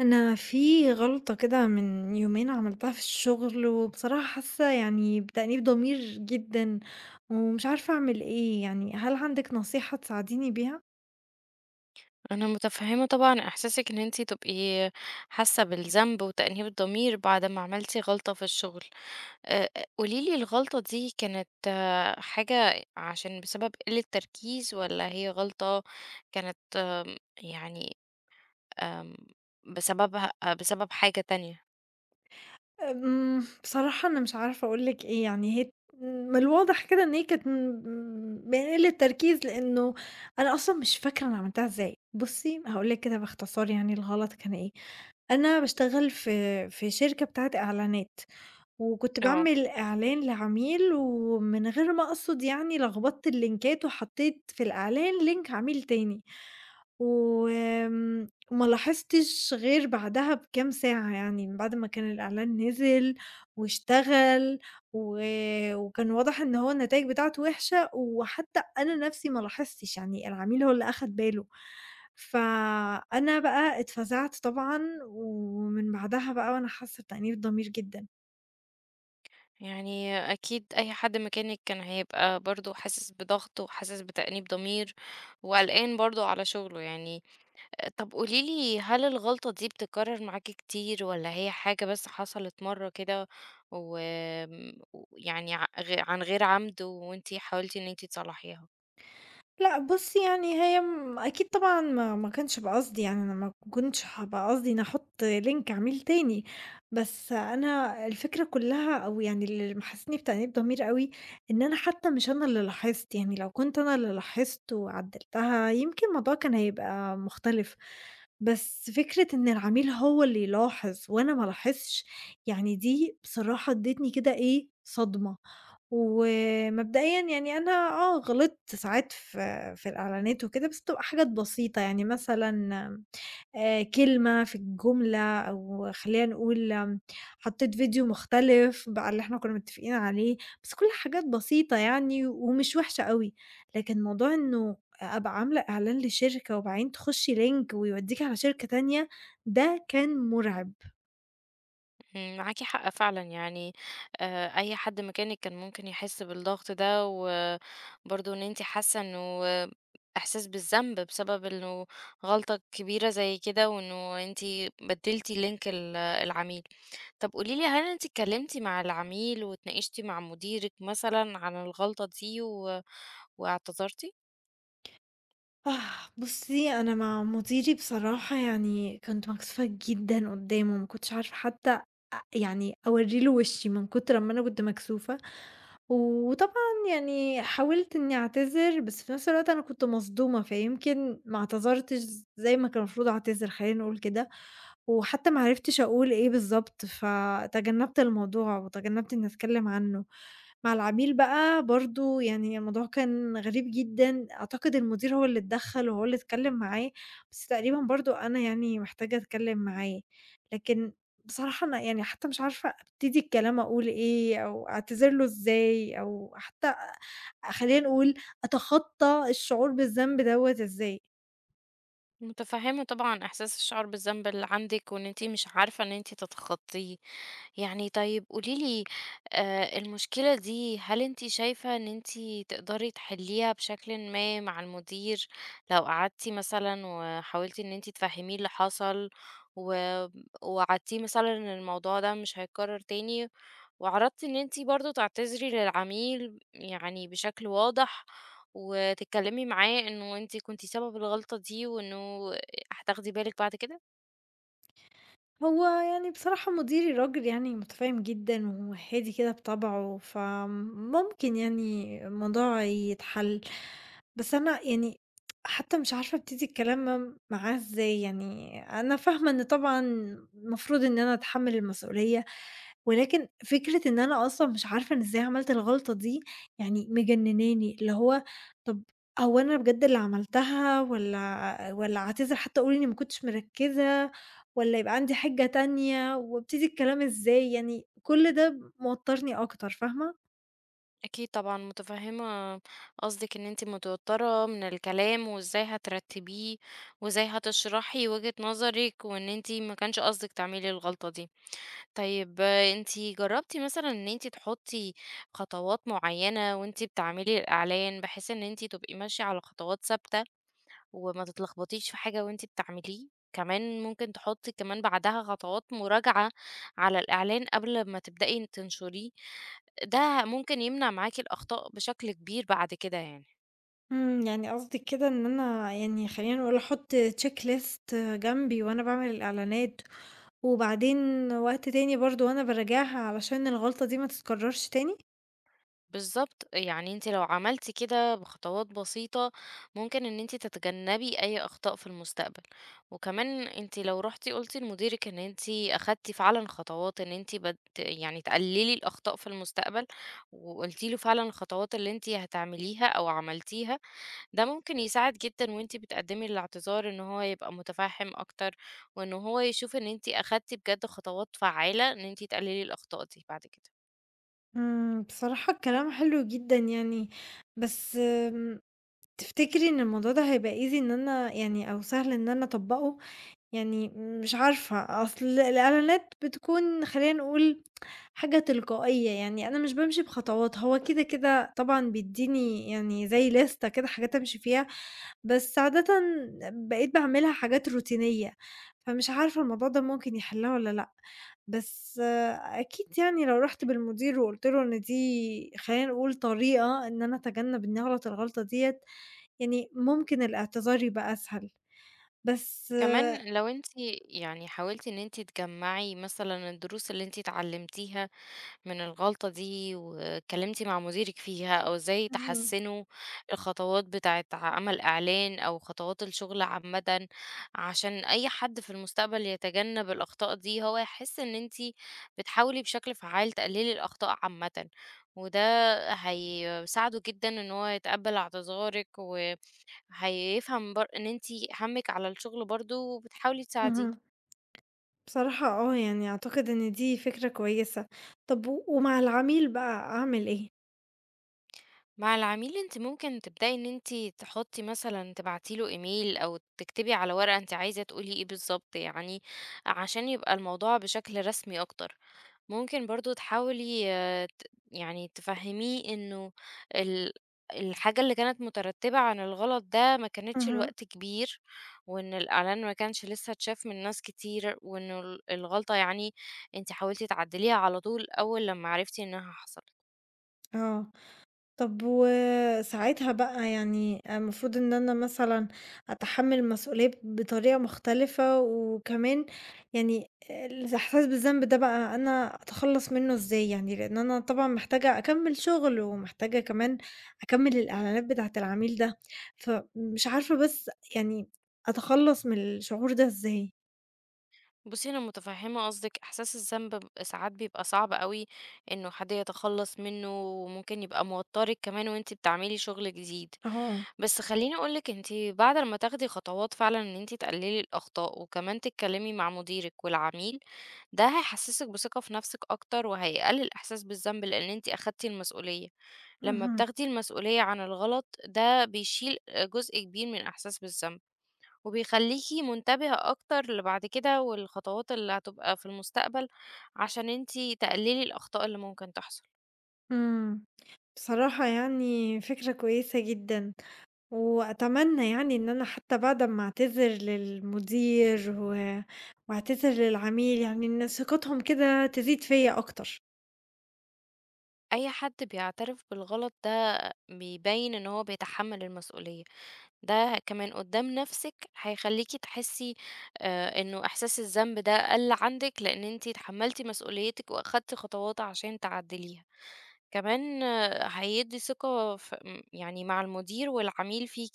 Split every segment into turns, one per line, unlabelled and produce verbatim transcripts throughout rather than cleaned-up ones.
أنا في غلطة كده من يومين عملتها في الشغل، وبصراحة حاسة يعني بتأنيب ضمير جدًا، ومش عارفة أعمل إيه، يعني هل عندِك نصيحة تساعديني بيها؟
انا متفهمه طبعا احساسك ان انتي تبقي حاسه بالذنب وتأنيب الضمير بعد ما عملتي غلطه في الشغل. أه، أه، قوليلي الغلطه دي كانت آه، حاجه عشان بسبب قله تركيز ولا هي غلطه كانت آم، يعني آم، بسببها آه، بسبب حاجه تانية.
امم، بصراحة أنا مش عارفة أقول لِك إيه، يعني هي من الواضح كده إن هي كانت م بقلة تركيز، لإنه أنا أصلًا مش فاكرة أنا عملتها إزاي. بُصي، هاقول لِك كده باختصار يعني الغلط كان إيه، أنا باشتغل في في شركة بتاعة إعلانات. وكنت
اه
باعمل إعلان لعميل ومن غير ما أقصد يعني لخبطت اللينكات وحطيت في الإعلان لينك عميل تاني، وآمم ما لاحظتش غير بعدها بكام ساعة يعني من بعد ما كان الإعلان نزل واشتغل و وكان واضح إن هو النتايج بتاعته وِحشة، وحتى أنا نفسي ما لاحظتش يعني العميل هو اللي أخد باله، فأنا بقى اتفزعت طبعًا ومن بعدها بقى وأنا حاسة بتأنيب ضمير جدًا.
يعني اكيد اي حد مكانك كان هيبقى برضو حاسس بضغط وحاسس بتأنيب ضمير وقلقان برضو على شغله يعني. طب قولي لي، هل الغلطة دي بتتكرر معاكِ كتير والّا هي حاجة بس حصلت مرّة كده و آمم، ويعني ع غ عن غير عمد وأنتِ حاولتِ إن أنتِ تصلّحيها؟
لأ بُصّي، يعني هي م أكيد طبعًا ما ما كانش بقصدي، يعني أنا ما كنتش هابقى قصدي إني أحُط link عميل تاني، بس أنا الفكرة كُلّها أو يعني اللي محسّسني بتأنيب ضمير أوي، إن أنا حتى مش أنا اللي لاحظت، يعني لو كنت أنا اللي لاحظت وعدّلتها يمكن الموضوع كان هيبقى مختلف، بس فكرة إن العميل هو اللي يلاحظ وأنا ما الاحظش، يعني دي بصراحة ادّتني كده إيه، صدمة. ومبدئيًا يعني أنا آه، غلطت ساعات في في الإعلانات وكده، بس بتبقى حاجات بسيطة، يعني مثلًا آآ كلمة في الجملة أو خلّينا نقول آمم، حطيت فيديو مختلف بقى اللي إحنا كنا متفقين عليه، بس كلّها حاجات بسيطة يعني ومش وحشة أوي، لكن موضوع إنه أبقى عاملة إعلان لشركة وبعدين تخشّي link ويودّيكِ على شركة تانية، ده كان مُرعب.
إمم، معاكِ حق فعلًا يعني. آآ، أي حد مكانِك كان ممكن يحس بالضغط ده، وبرضه إن أنتِ حاسة إنه إحساس بالذنب بسبب إنه غلطة كبيرة زي كده، وإنه أنتِ بدّلتِ link ال العميل. طب قولي لي، هل أنتِ اتكلمتِ مع العميل واتناقشتِ مع مديرِك مثلًا عن الغلطة دي و واعتذرتِ؟
آه، بُصّي، أنا مع مديري بصراحة يعني كنت مكسوفة جدًا قدّامه، ما كنتش عارفة حتى أ يعني أورّي له وشّي من كتر أمّا أنا كنت مكسوفة، وطبعًا يعني حاولت إنّي أعتذر، بس في نفس الوقت أنا كنت مصدومة، فيمكن ما اعتذرتش زي ما كان المفروض أعتذر خلّينا نقول كده، وحتى ما عرفتش أقول إيه بالضبط، فتجنّبت الموضوع وتجنّبت إنّي أتكلّم عنّه. مع العميل بقى برضه يعني الموضوع كان غريب جدًا، أعتقد المدير هو اللي اتدخّل وهو اللي اتكلّم معاه، بس تقريبًا برضه أنا يعني محتاجة أتكلّم معاه، لكن بصراحة أنا يعني حتى مش عارفة أبتدي الكلام أقول إيه، أو أعتذر له إزاي، أو حتى أ خلّينا نقول أتخطّى الشعور بالذنب دوّة إزاي.
متفهمة طبعًا إحساس الشعور بالذنب اللي عندِك، وإن أنتِ مش عارفة إن أنتِ تتخطيه. يعني طيب قولي لي، آآ، المشكلة دي هل أنتِ شايفة إن أنتِ تقدري تحليها بشكلٍ ما مع المدير، لو قعدتِ مثلًا وحاولتِ إن أنتِ تفهميه اللي حصل، و ووعدتيه مثلًا إن الموضوع ده مش هيتكرر تاني، وعرضتِ إن أنتِ برضه تعتذري للعميل يعني بشكل واضح، وتتكلمي معاه إنه أنتِ كنتِ سبب الغلطة دي، وإنه هتاخدي بالِك بعد كده؟
هو يعني بصراحة مديري راجل يعني متفاهم جدًا وهادي كده بطبعه، فممكن يعني الموضوع يتحل. بس أنا يعني حتى مش عارفة أبتدي الكلام معاه إزاي، يعني أنا فاهمة إن طبعًا المفروض إن أنا أتحمّل المسؤولية، ولكن فكرة إن أنا أصلًا مش عارفة أنا إزاي عملت الغلطة دي، يعني مجنناني، اللي هو طَب هو أنا بجد اللي عملتها والّا والّا أعتذر حتى أقول إني ما كنتش مركّزة، والّا يبقى عندي حِجة تانية وأبتدي الكلام إزاي، يعني كل ده موتّرني أكتر، فاهمة؟
أكيد طبعًا متفهمة قصدِك إن أنتِ متوترة من الكلام، وإزاي هترتبيه، وإزاي هتشرحي وجهة نظرِك، وإن أنتِ ما كانش قصدِك تعملي الغلطة دي. طيب أنتِ جربتِ مثلًا إن أنتِ تحطي خطوات معينة وأنتِ بتعملي الإعلان، بحيث إن أنتِ تبقي ماشية على خطوات ثابتة وما تتلخبطيش في حاجة وأنتِ بتعمليه، كمان ممكن تحطي كمان بعدها خطوات مراجعة على الإعلان قبل ما تبدئي تنشريه، ده ممكن يمنع معاكِ الأخطاء بشكل كبير بعد كده يعني.
إمم، يعني قصدِك كده إن أنا يعني خلّينا نقول أحُط check list جنبي وأنا باعمل الإعلانات، وبعدين وقت تاني برضه وأنا باراجعها علشان الغلطة دي ما تتكرّرش تاني؟
بالضبط، يعني أنتِ لو عملتِ كده بخطوات بسيطة، ممكن إن أنتِ تتجنبي أي أخطاء في المستقبل، وكمان أنتِ لو رُحتِ قُلتِ لمديرِك إن أنتِ أخدتِ فعلًا خطوات إن أنتِ بت يعني تقللي الأخطاء في المستقبل، وقُلتِ له فعلًا الخطوات اللي أنتِ هتعمليها أو عملتيها، ده ممكن يساعد جدًا وأنتِ بتقدمي الاعتذار إن هو يبقى متفهم أكتر، وإن هو يشوف إن أنتِ أخدتِ بجد خطوات فعالة إن أنتِ تقللي الأخطاء دي بعد كده.
إمم، بصراحة الكلام حلو جدًا يعني، بس آمم، تفتكري إن الموضوع ده هيبقى easy إن أنا يعني أو سهل إن أنا أطبّقه؟ يعني مش عارفة، أصل الإعلانات بتكون خلّينا نقول حاجة تلقائية، يعني أنا مش بامشي بخطوات، هو كده، كده طبعًا بيدّيني يعني زي لِستة كده حاجات أمشي فيها، بس عادةً بقيت باعملها حاجات روتينية، فمش عارفة الموضوع ده ممكن يحلها والّا لأ، بس آه، أكيد يعني لو رُحت بالمدير وقُلت له إن دي خلّينا نقول طريقة إن أنا أتجنب إني أغلط الغلطة ديّة، يعني ممكن الاعتذار يبقى أسهل، بس
كمان لو أنتِ يعني حاولتِ إن أنتِ تجمّعي مثلًا الدروس اللي أنتِ اتعلمتيها من الغلطة دي، واتكلمتِ مع مديرِك فيها، أو إزاي
اهم.
تحسّنوا الخطوات بتاعة عمل إعلان أو خطوات الشغل عامةً، عشان أي حد في المستقبل يتجنب الأخطاء دي، هو يحس إن أنتِ بتحاولي بشكل فعّال تقللي الأخطاء عامةً، وده هيساعده جدًا إن هو يتقبل اعتذارِك و هيفهم بر إن أنتِ همِّك على الشغل برضه وبتحاولي
اهم.
تساعديه.
بصراحة آه، يعني أعتقد إن دي فكرة كويسة. طب و ومع العميل بقى أعمل إيه؟
مع العميل أنتِ ممكن تبدئي إن أنتِ تحطّي مثلًا تبعتي له إيميل أو تكتبي على ورقة أنتِ عايزة تقولي إيه بالضبط يعني، عشان يبقى الموضوع بشكل رسمي أكتر. ممكن برضه تحاولي آه، ت- يعني تفهميه انه ال- الحاجة اللي كانت مترتبة عن الغلط ده ما كانتش
اهم.
الوقت كبير، وان الاعلان ما كانش لسه اتشاف من ناس كتير، وان ال- الغلطة يعني انت حاولتي تعدليها على طول اول لما عرفتي انها حصلت.
آه، طب وساعتها بقى يعني المفروض إن أنا مثلًا أتحمّل المسؤولية بطريقة مختلفة، وكمان يعني الإحساس بالذنب ده بقى أنا أتخلّص منّه إزاي يعني؟ لإن أنا طبعًا محتاجة أكمّل شغل، ومحتاجة كمان أكمّل الإعلانات بتاعة العميل ده، فمش عارفة بس يعني أتخلّص من الشعور ده إزاي؟
بصي انا متفهمة قصدك احساس الذنب ب- ساعات بيبقى صعب قوي انه حد يتخلص منه، وممكن يبقى موترك كمان وانت بتعملي شغل جديد.
آه،
بس خلّيني أقول لِك أنتِ بعد لمّا تاخدي خطوات فعلًا إن أنتِ تقللي الأخطاء، وكمان تتكلمي مع مديرِك والعميل، ده هيحسسِك بثقة في نفسِك أكتر، وهيقلل الإحساس بالذنب لأن أنتِ أخدتِ المسؤولية. لمّا
اهم،
بتاخدي المسؤولية عن الغلط ده بيشيل جزء كبير من الإحساس بالذنب، وبيخليكِ منتبهة أكتر لبعد كده والخطوات اللي هتبقى في المستقبل، عشان أنتِ تقللي الأخطاء اللي ممكن تحصل.
إمم. بصراحة يعني فكرة كويسة جدًا، وأتمنى يعني إن أنا حتى بعد أمّا أعتذر للمدير و وأعتذر للعميل يعني إن ثقتهم كده تزيد فيّا أكتر.
أي حد بيعترف بالغلط ده بيبين إن هو بيتحمل المسؤولية. ده كمان قدّام نَفْسِك هيخلّيكِ تحسّي آآ إنه إحساس الذنب ده قَل عندِك، لإن أنتِ اتحمّلتِ مسؤوليتِك وأخدتِ خطوات عشان تعدّليها. كمان آه، هيدّي ثقة ف م يعني مع المدير والعميل فيكِ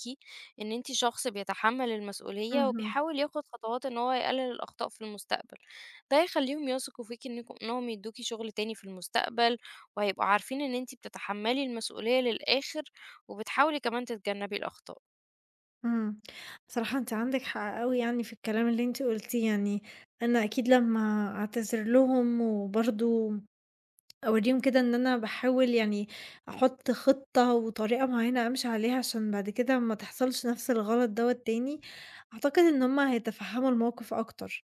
إن أنتِ شخص بيتحمّل المسؤولية
اهم،
وبيحاول ياخُد خطوات إن هو يقلِّل الأخطاء في المستقبل. ده هيخلّيهم يثقوا فيكِ إنكم إنّهم يدّوكِ شُغل تاني في المستقبل، وهيبقوا عارفين إن أنتِ بتتحمّلي المسؤولية للآخِر وبتحاولي كمان تتجنّبي الأخطاء.
إمم. بصراحة أنتِ عندِك حق أوي يعني في الكلام اللي أنتِ قُلتيه، يعني أنا أكيد لمّا أعتذر لهم وبرضه أورّيهم كده إن أنا باحاول يعني أحُط خطة وطريقة معيّنة أمشي عليها عشان بعد كده ما تحصلش نَفْس الغلط دوّة تاني، أعتقد إن هُم هيتفهّموا الموقِف أكتر.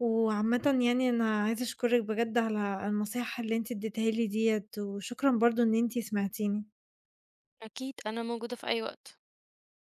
وعامةً يعني أنا عايزة أشكرِك بجد على النصايح اللي أنتِ ادّيتيها لي ديّة وشكرًا برضه إن أنتِ سمعتيني.
أكيد أنا موجودة في أي وقت.